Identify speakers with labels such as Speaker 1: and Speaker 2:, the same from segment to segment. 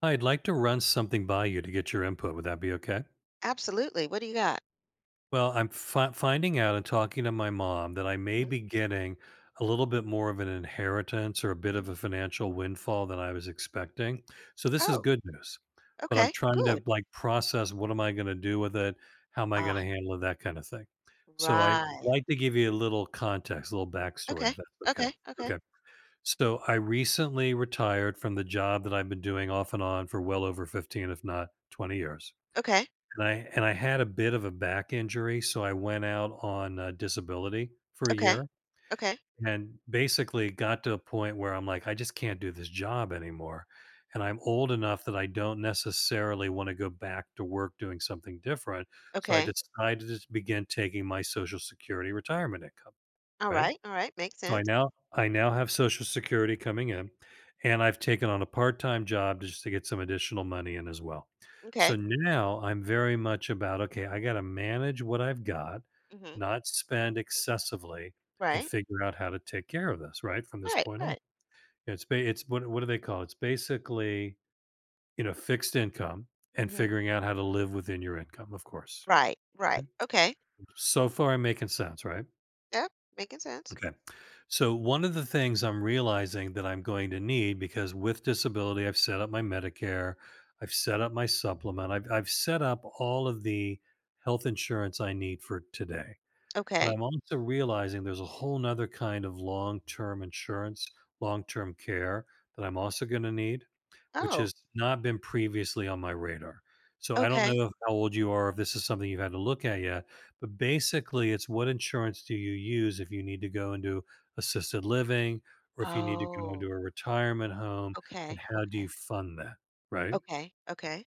Speaker 1: I'd like to run something by you to get your input. Would that be okay?
Speaker 2: Absolutely. What do you got?
Speaker 1: Well, I'm finding out and talking to my mom that I may
Speaker 2: Mhm,
Speaker 1: be getting a little bit more of an inheritance or a bit of
Speaker 2: mhm.
Speaker 1: a financial windfall than I was expecting. So this is
Speaker 2: Oh,
Speaker 1: good news, but I'm
Speaker 2: okay,
Speaker 1: trying to
Speaker 2: good.
Speaker 1: like process what am I going to do with it? How am I
Speaker 2: Ah,
Speaker 1: going to handle it? That kind of thing. So I would
Speaker 2: right.
Speaker 1: like to give you a little context, a little backstory,
Speaker 2: Okay,
Speaker 1: if that's okay.
Speaker 2: okay, okay,
Speaker 1: Okay. So I recently retired from the job that I've been doing off and on for well over 15, if not 20 years.
Speaker 2: okay,
Speaker 1: And I had a bit of a back injury, so I went out on disability for a
Speaker 2: okay,
Speaker 1: year
Speaker 2: okay,
Speaker 1: and basically got to a point where I'm like, I just can't do this job anymore. And I'm old enough that I don't necessarily want to go back to work doing something different. So I
Speaker 2: okay.
Speaker 1: decided to begin taking my Social Security retirement income, right?
Speaker 2: All right, makes
Speaker 1: So I
Speaker 2: sense.
Speaker 1: now I now have Social Security coming in, and I've taken on a part-time job just to get some additional money in as well.
Speaker 2: Okay.
Speaker 1: So now I'm very much about, okay, I got to manage what I've got,
Speaker 2: Mhm.
Speaker 1: not spend excessively, and
Speaker 2: Right.
Speaker 1: figure out how to take care of this, right? From this
Speaker 2: Right,
Speaker 1: point on.
Speaker 2: right.
Speaker 1: It's what do they call it? It's basically, fixed income and
Speaker 2: Mhm.
Speaker 1: figuring out how to live within your income, of course.
Speaker 2: Right, right. Okay.
Speaker 1: So far I'm making sense, right?
Speaker 2: Yep, making sense.
Speaker 1: Okay. So one of the things I'm realizing that I'm going to need because with disability I've set up my Medicare, I've set up my supplement, I've set up all of the health insurance I need for today. But
Speaker 2: Okay.
Speaker 1: I'm also realizing there's a whole nother kind of long term insurance, long term care that I'm also going to need, which
Speaker 2: Oh,
Speaker 1: has not been previously on my radar. So I don't
Speaker 2: okay.
Speaker 1: know if, how old you are, if this is something you've had to look at yet, but basically it's what insurance do you use if you need to go into assisted living or if you need to go into
Speaker 2: Oh,
Speaker 1: a retirement home and
Speaker 2: okay,
Speaker 1: how do you
Speaker 2: okay,
Speaker 1: fund that? Right.
Speaker 2: okay, okay.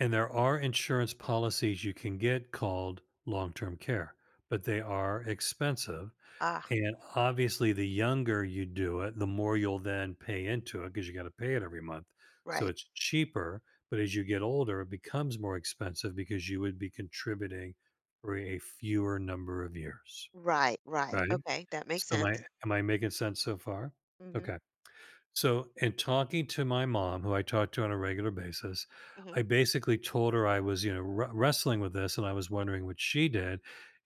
Speaker 1: And there are insurance policies you can get called long term care, but they are expensive
Speaker 2: Ah,
Speaker 1: and obviously, the younger you do it, the more you'll then pay into it because you got to pay it every month. So
Speaker 2: right,
Speaker 1: it's cheaper. But as you get older, it becomes more expensive because you would be contributing for a fewer number of years.
Speaker 2: right, right.
Speaker 1: Right.
Speaker 2: Okay, that
Speaker 1: So
Speaker 2: makes
Speaker 1: am I
Speaker 2: sense.
Speaker 1: am I making sense so far?
Speaker 2: Mhm,
Speaker 1: Okay. So, in talking to my mom, who I talk to on a regular basis,
Speaker 2: mhm,
Speaker 1: I basically told her I was, wrestling with this and I was wondering what she did.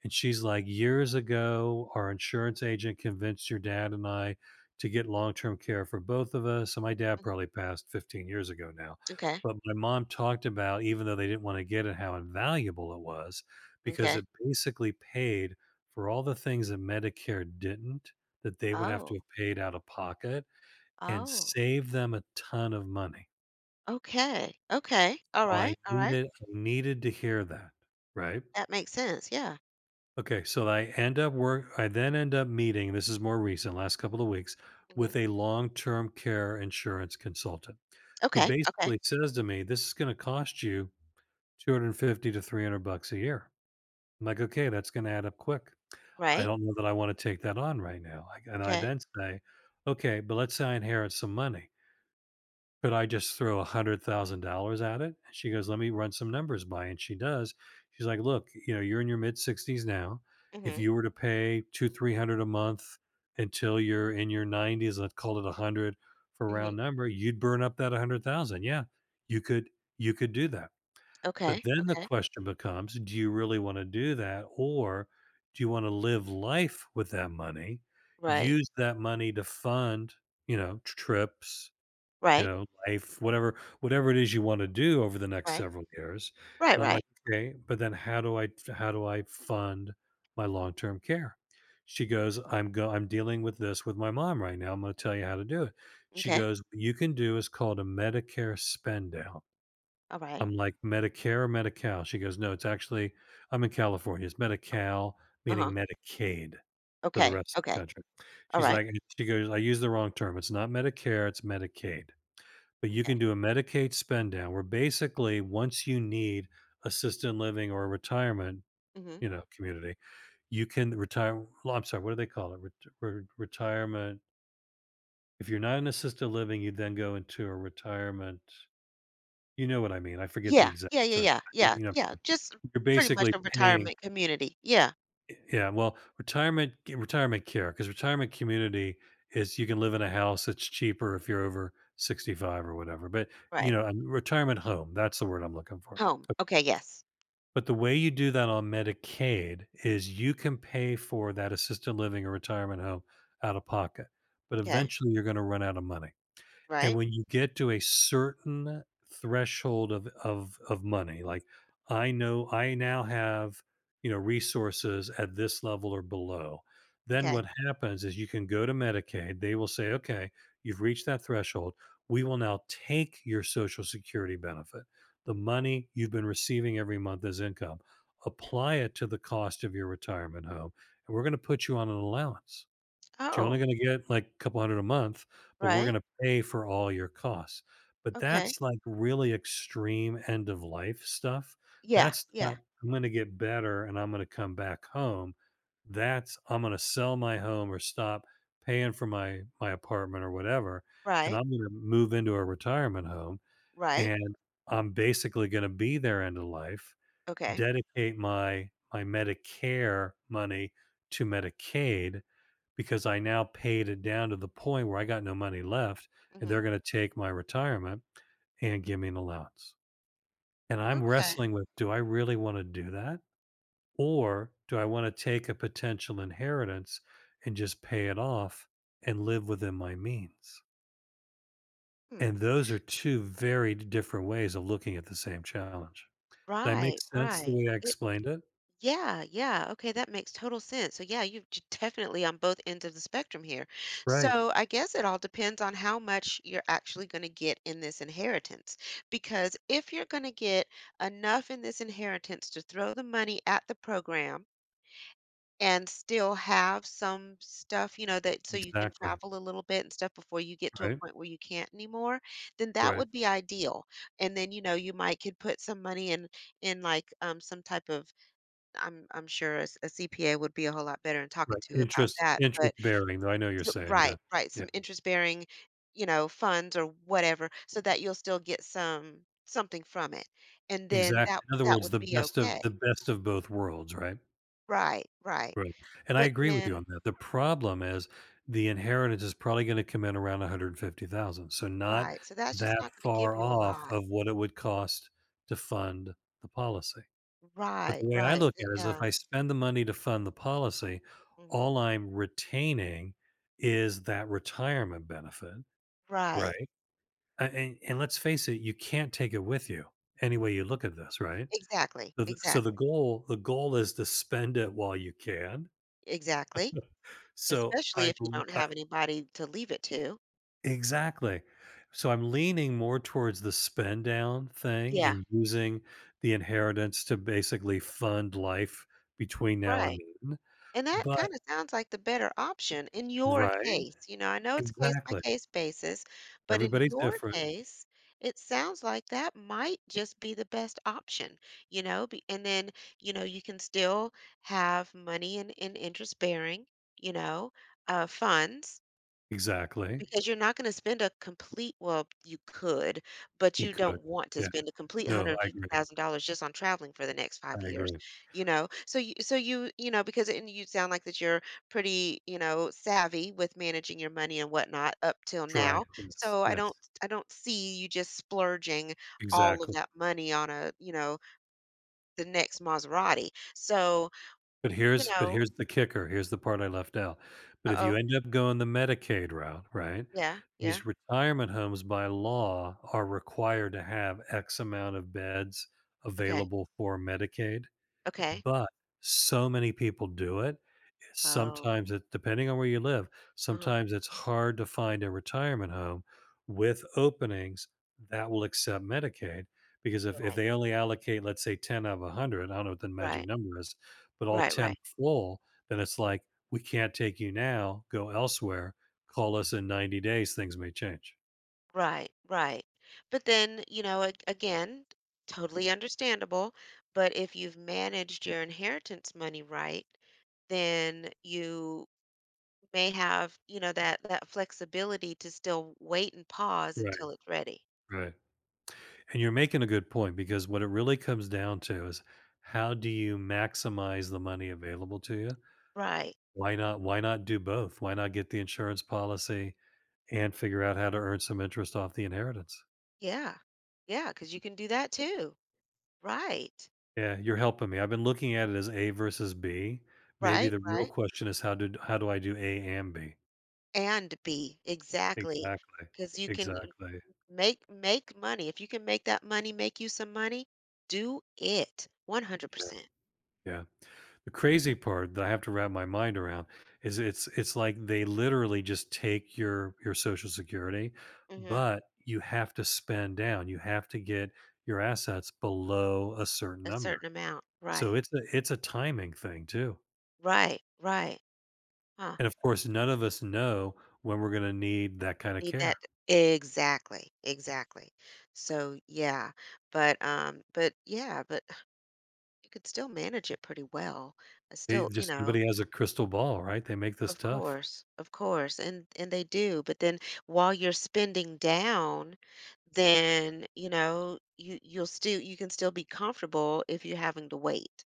Speaker 1: And she's like, years ago, our insurance agent convinced your dad and I to get long term care for both of us. And my dad
Speaker 2: mhm.
Speaker 1: probably passed 15 years ago now.
Speaker 2: Okay,
Speaker 1: But my mom talked about, even though they didn't want to get it, how invaluable it was because
Speaker 2: okay.
Speaker 1: it basically paid for all the things that Medicare didn't, that they would have to
Speaker 2: Oh.
Speaker 1: have paid out of pocket and
Speaker 2: Oh,
Speaker 1: save them a ton of money.
Speaker 2: okay, okay. All
Speaker 1: So I
Speaker 2: right, all right.
Speaker 1: needed I needed to hear that, right?
Speaker 2: That makes sense. Yeah.
Speaker 1: Okay, so I then end up meeting, this is more recent, last couple of weeks,
Speaker 2: Hmm.
Speaker 1: with a long-term care insurance consultant who
Speaker 2: Okay, okay.
Speaker 1: basically says to me, this is going to cost you 250 to 300 bucks a year. I'm like, okay, that's going to add up quick. I
Speaker 2: Right.
Speaker 1: don't know that I want to take that on right now. And I
Speaker 2: Okay.
Speaker 1: then say, okay, but let's say I inherit some money could I just throw $100,000 at it? And she goes, let me run some numbers by. And she does. She's like, look, you know, you're in your mid sixties now. If
Speaker 2: Hmm.
Speaker 1: you were to pay two, 300 a month until you're in your nineties, let's call it 100 for a
Speaker 2: Hmm.
Speaker 1: round number, you'd burn up that 100,000. Yeah, you could, you could do that. But
Speaker 2: Okay,
Speaker 1: then the
Speaker 2: okay.
Speaker 1: question becomes, do you really want to do that? Or do you want to live life with that money?
Speaker 2: Right,
Speaker 1: Use that money to fund, trips,
Speaker 2: right,
Speaker 1: life, whatever it is you wanna do over the next
Speaker 2: right,
Speaker 1: several years,
Speaker 2: right,
Speaker 1: and I'm like,
Speaker 2: right.
Speaker 1: "Okay, but then how do I fund my long-term care?" She goes, I'm dealing with this with my mom right now, I'm gonna tell you how to do it." She
Speaker 2: Okay.
Speaker 1: goes, "What you can do is called a Medicare spend down."
Speaker 2: All right.
Speaker 1: I'm like, "Medicare or Medi-Cal?" She goes, "No, it's actually." I'm in California, it's Medi-Cal, meaning
Speaker 2: Uh-huh.
Speaker 1: Medicaid for the
Speaker 2: Okay,
Speaker 1: rest of the
Speaker 2: okay.
Speaker 1: country.
Speaker 2: All
Speaker 1: She's
Speaker 2: right.
Speaker 1: like she goes, "I used the wrong term, it's not Medicare, it's Medicaid." But you
Speaker 2: Okay.
Speaker 1: can do a Medicaid spend down where basically once you need assisted living or retirement,
Speaker 2: Hmm.
Speaker 1: community, you can retire. Well, I'm sorry, what do they call it? Retirement. If you're not in assisted living, you then go into a retirement. You know what I mean? I forget the
Speaker 2: Yeah,
Speaker 1: exact
Speaker 2: yeah, yeah,
Speaker 1: term.
Speaker 2: yeah, yeah,
Speaker 1: You know,
Speaker 2: yeah. Just
Speaker 1: you're
Speaker 2: pretty much
Speaker 1: basically
Speaker 2: a
Speaker 1: paying.
Speaker 2: retirement community. Yeah,
Speaker 1: Yeah, well, retirement care because retirement community is you can live in a house. It's cheaper if you're over 65 or whatever. But
Speaker 2: right.
Speaker 1: a retirement home. That's the word I'm looking for.
Speaker 2: Home. Okay, yes.
Speaker 1: But the way you do that on Medicaid is you can pay for that assisted living or retirement home out of pocket, but
Speaker 2: Okay,
Speaker 1: eventually you're going to run out of money. And
Speaker 2: right.
Speaker 1: when you get to a certain threshold of money, like I know I now have, resources at this level or below, then
Speaker 2: Okay.
Speaker 1: what happens is you can go to Medicaid. They will say, okay, you've reached that threshold. We will now take your Social Security benefit, the
Speaker 2: Mm.
Speaker 1: money you've been receiving every month as income, apply it to the cost of your retirement home, and we're going to put you on an allowance. You're only
Speaker 2: Oh,
Speaker 1: gonna get like a couple hundred a month, but we're
Speaker 2: right.
Speaker 1: gonna pay for all your costs. But
Speaker 2: Okay.
Speaker 1: that's like really extreme end of life stuff.
Speaker 2: Yeah,
Speaker 1: That's not,
Speaker 2: yeah.
Speaker 1: I'm gonna get better and I'm gonna come back home. That's I'm gonna sell my home or stop paying for my apartment or whatever, and
Speaker 2: Right,
Speaker 1: I'm gonna move into a retirement home
Speaker 2: right.
Speaker 1: and I'm basically gonna be there end of life,
Speaker 2: Okay.
Speaker 1: dedicate my Medicare money to Medicaid because I now paid it down to the point where I got no money left and
Speaker 2: Mhm.
Speaker 1: they're going to take my retirement and give me an allowance. And I'm
Speaker 2: Okay.
Speaker 1: wrestling with, do I really want to do that or do I want to take a potential inheritance and just pay it off and live within my means?
Speaker 2: Hmm.
Speaker 1: And those are two very different ways of looking at the same challenge. That
Speaker 2: Right,
Speaker 1: makes sense the
Speaker 2: right.
Speaker 1: way I
Speaker 2: It
Speaker 1: explained it?
Speaker 2: yeah, yeah. Okay, that makes total sense. So yeah, you are definitely on both ends of the spectrum here.
Speaker 1: Right.
Speaker 2: So I guess it all depends on how much you're actually going to get in this inheritance. Because if you're going to get enough in this inheritance to throw the money at the program. And still have some stuff, you know, that so you can
Speaker 1: Exactly.
Speaker 2: travel a little bit and stuff before you get to a
Speaker 1: Right.
Speaker 2: point where you can't anymore, then that
Speaker 1: Right,
Speaker 2: would be ideal. And then, you know, you might could put some money in like some type of I'm sure a, a CPA would be a whole lot better in talking
Speaker 1: right,
Speaker 2: to about that. But
Speaker 1: interest-bearing, though, I know you're
Speaker 2: so,
Speaker 1: saying, yeah,
Speaker 2: right, right,
Speaker 1: yeah,
Speaker 2: some interest bearing, you know, funds or whatever, so that you'll still get some something from it. And then
Speaker 1: exactly,
Speaker 2: that
Speaker 1: in other
Speaker 2: that
Speaker 1: words,
Speaker 2: would be okay.
Speaker 1: the best of both worlds, right?
Speaker 2: Right, right.
Speaker 1: Right, and I
Speaker 2: But
Speaker 1: agree with you
Speaker 2: then
Speaker 1: on that, the problem is the inheritance is probably gonna come in around 150,000, so not
Speaker 2: right, so that's just
Speaker 1: that
Speaker 2: not gonna give
Speaker 1: far
Speaker 2: you a
Speaker 1: off
Speaker 2: lot.
Speaker 1: of what it would cost to fund the policy, but
Speaker 2: Right,
Speaker 1: the way I
Speaker 2: right,
Speaker 1: look
Speaker 2: so
Speaker 1: at it is if
Speaker 2: yeah,
Speaker 1: I spend the money to fund the policy,
Speaker 2: mhm,
Speaker 1: all I'm retaining is that retirement benefit,
Speaker 2: right.
Speaker 1: right? And let's face it, you can't take it with you any way you look at this, right?
Speaker 2: Exactly,
Speaker 1: So the, so the
Speaker 2: exactly,
Speaker 1: goal, the goal is to spend it while you can.
Speaker 2: exactly,
Speaker 1: So
Speaker 2: especially
Speaker 1: I'm
Speaker 2: if you don't
Speaker 1: I,
Speaker 2: have anybody to leave it to.
Speaker 1: exactly. So I'm leaning more towards the spend down thing
Speaker 2: Yeah,
Speaker 1: and using the inheritance to basically fund life between now
Speaker 2: right.
Speaker 1: and then.
Speaker 2: And that
Speaker 1: But
Speaker 2: kinda sounds like the better option in your
Speaker 1: right,
Speaker 2: case, you know, I know it's case by
Speaker 1: exactly.
Speaker 2: case basis, but in
Speaker 1: Everybody's
Speaker 2: your
Speaker 1: different.
Speaker 2: case, it sounds like that might just be the best option, you know, be and then, you know, you can still have money in interest bearing, you know, funds
Speaker 1: Exactly.
Speaker 2: because you're not gonna spend a complete well, you could, but
Speaker 1: You
Speaker 2: you don't
Speaker 1: could.
Speaker 2: want to
Speaker 1: Yeah.
Speaker 2: spend a complete
Speaker 1: No, I agree.
Speaker 2: $150,000 just on traveling for the next 5
Speaker 1: I
Speaker 2: years,
Speaker 1: agree.
Speaker 2: you know? So you so you know, because and you sound like that you're pretty, you know, savvy with managing your money and whatnot up till
Speaker 1: Try
Speaker 2: now.
Speaker 1: this.
Speaker 2: So I don't
Speaker 1: Yes.
Speaker 2: I don't see you just splurging all of
Speaker 1: Exactly.
Speaker 2: that money on a, you know, the next Maserati. So, you
Speaker 1: But
Speaker 2: know.
Speaker 1: here's the kicker, here's the part I left out. But if you
Speaker 2: Uh-oh.
Speaker 1: end up going the Medicaid route, right,
Speaker 2: Yeah, yeah.
Speaker 1: these retirement homes by law are required to have X amount of beds
Speaker 2: Okay,
Speaker 1: available for Medicaid,
Speaker 2: okay.
Speaker 1: but so many people do it.
Speaker 2: Oh,
Speaker 1: Sometimes it depending on where you live,
Speaker 2: uh-huh.
Speaker 1: sometimes it's hard to find a retirement home with openings that will accept Medicaid because if
Speaker 2: Right,
Speaker 1: they only allocate, let's say 10 out of 100, I don't know what the magic
Speaker 2: right,
Speaker 1: number is, but all
Speaker 2: right, right.
Speaker 1: 10 full, then it's like, we can't take you now, go elsewhere, call us in 90 days, things may change.
Speaker 2: Right, right. But then, you know, again, totally understandable. But if you've managed your inheritance money right, then you may have, you know, that that flexibility to still wait and pause
Speaker 1: Right,
Speaker 2: until it's ready.
Speaker 1: right. And you're making a good point because what it really comes down to is how do you maximize the money available to you?
Speaker 2: Right.
Speaker 1: Why not do both? Why not get the insurance policy and figure out how to earn some interest off the inheritance?
Speaker 2: Yeah. Yeah, because you can do that too. Right.
Speaker 1: Yeah, you're helping me. I've been looking at it as A versus B. Maybe
Speaker 2: Right,
Speaker 1: the real
Speaker 2: right.
Speaker 1: question is how do I do A and B?
Speaker 2: And be exactly.
Speaker 1: Exactly.
Speaker 2: Because you can
Speaker 1: Exactly.
Speaker 2: make money. If you can make that money make you some money, do it
Speaker 1: Yeah.
Speaker 2: 100%.
Speaker 1: Yeah. The crazy part that I have to wrap my mind around is it's like they literally just take your Social Security,
Speaker 2: Mhm.
Speaker 1: but you have to spend down. You have to get your assets below a certain
Speaker 2: A
Speaker 1: number.
Speaker 2: certain amount.
Speaker 1: So
Speaker 2: Right.
Speaker 1: it's a timing thing too.
Speaker 2: Right. Right. Huh.
Speaker 1: And of course, none of us know when we're gonna need that kind of
Speaker 2: Need that
Speaker 1: care.
Speaker 2: exactly. Exactly. So yeah. But yeah, but you could still manage it pretty well.
Speaker 1: They
Speaker 2: Still, you
Speaker 1: just
Speaker 2: know,
Speaker 1: Nobody has a crystal ball, right? They make this
Speaker 2: of
Speaker 1: tough.
Speaker 2: course. Of course. And they do. But then while you're spending down, then, you know, you'll still you can still be comfortable if you're having to wait,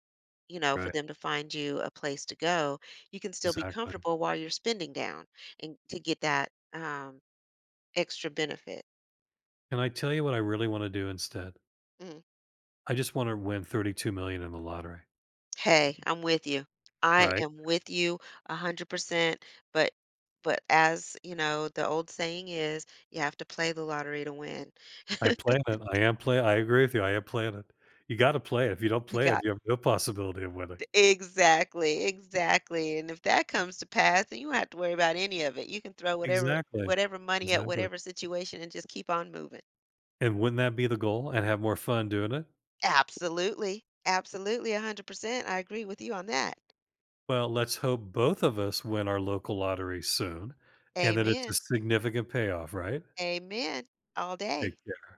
Speaker 2: you know, for
Speaker 1: Right.
Speaker 2: them to find you a place to go, you can still be
Speaker 1: Exactly.
Speaker 2: comfortable while you're spending down and to get that extra benefit.
Speaker 1: Can I tell you what I really want to do instead?
Speaker 2: Mm.
Speaker 1: I just want to win 32 million in the lottery.
Speaker 2: Hey, I'm with you. I
Speaker 1: Right.
Speaker 2: am with you 100%. But but as you know, the old saying is, you have to play the lottery to win.
Speaker 1: I plan it. I am play. I agree with you. I am playing it. You got to play it. If you don't
Speaker 2: You
Speaker 1: play it,
Speaker 2: got
Speaker 1: you have no possibility of winning.
Speaker 2: exactly, exactly. And if that comes to pass, then you don't have to worry about any of it. You can throw whatever
Speaker 1: Exactly.
Speaker 2: whatever money at
Speaker 1: Exactly.
Speaker 2: whatever situation and just keep on moving.
Speaker 1: And wouldn't that be the goal and have more fun doing it?
Speaker 2: Absolutely, absolutely, 100%, I agree with you on that.
Speaker 1: Well, let's hope both of us win our local lottery soon and that it's a
Speaker 2: Amen,
Speaker 1: significant payoff, right?
Speaker 2: amen, all day.
Speaker 1: It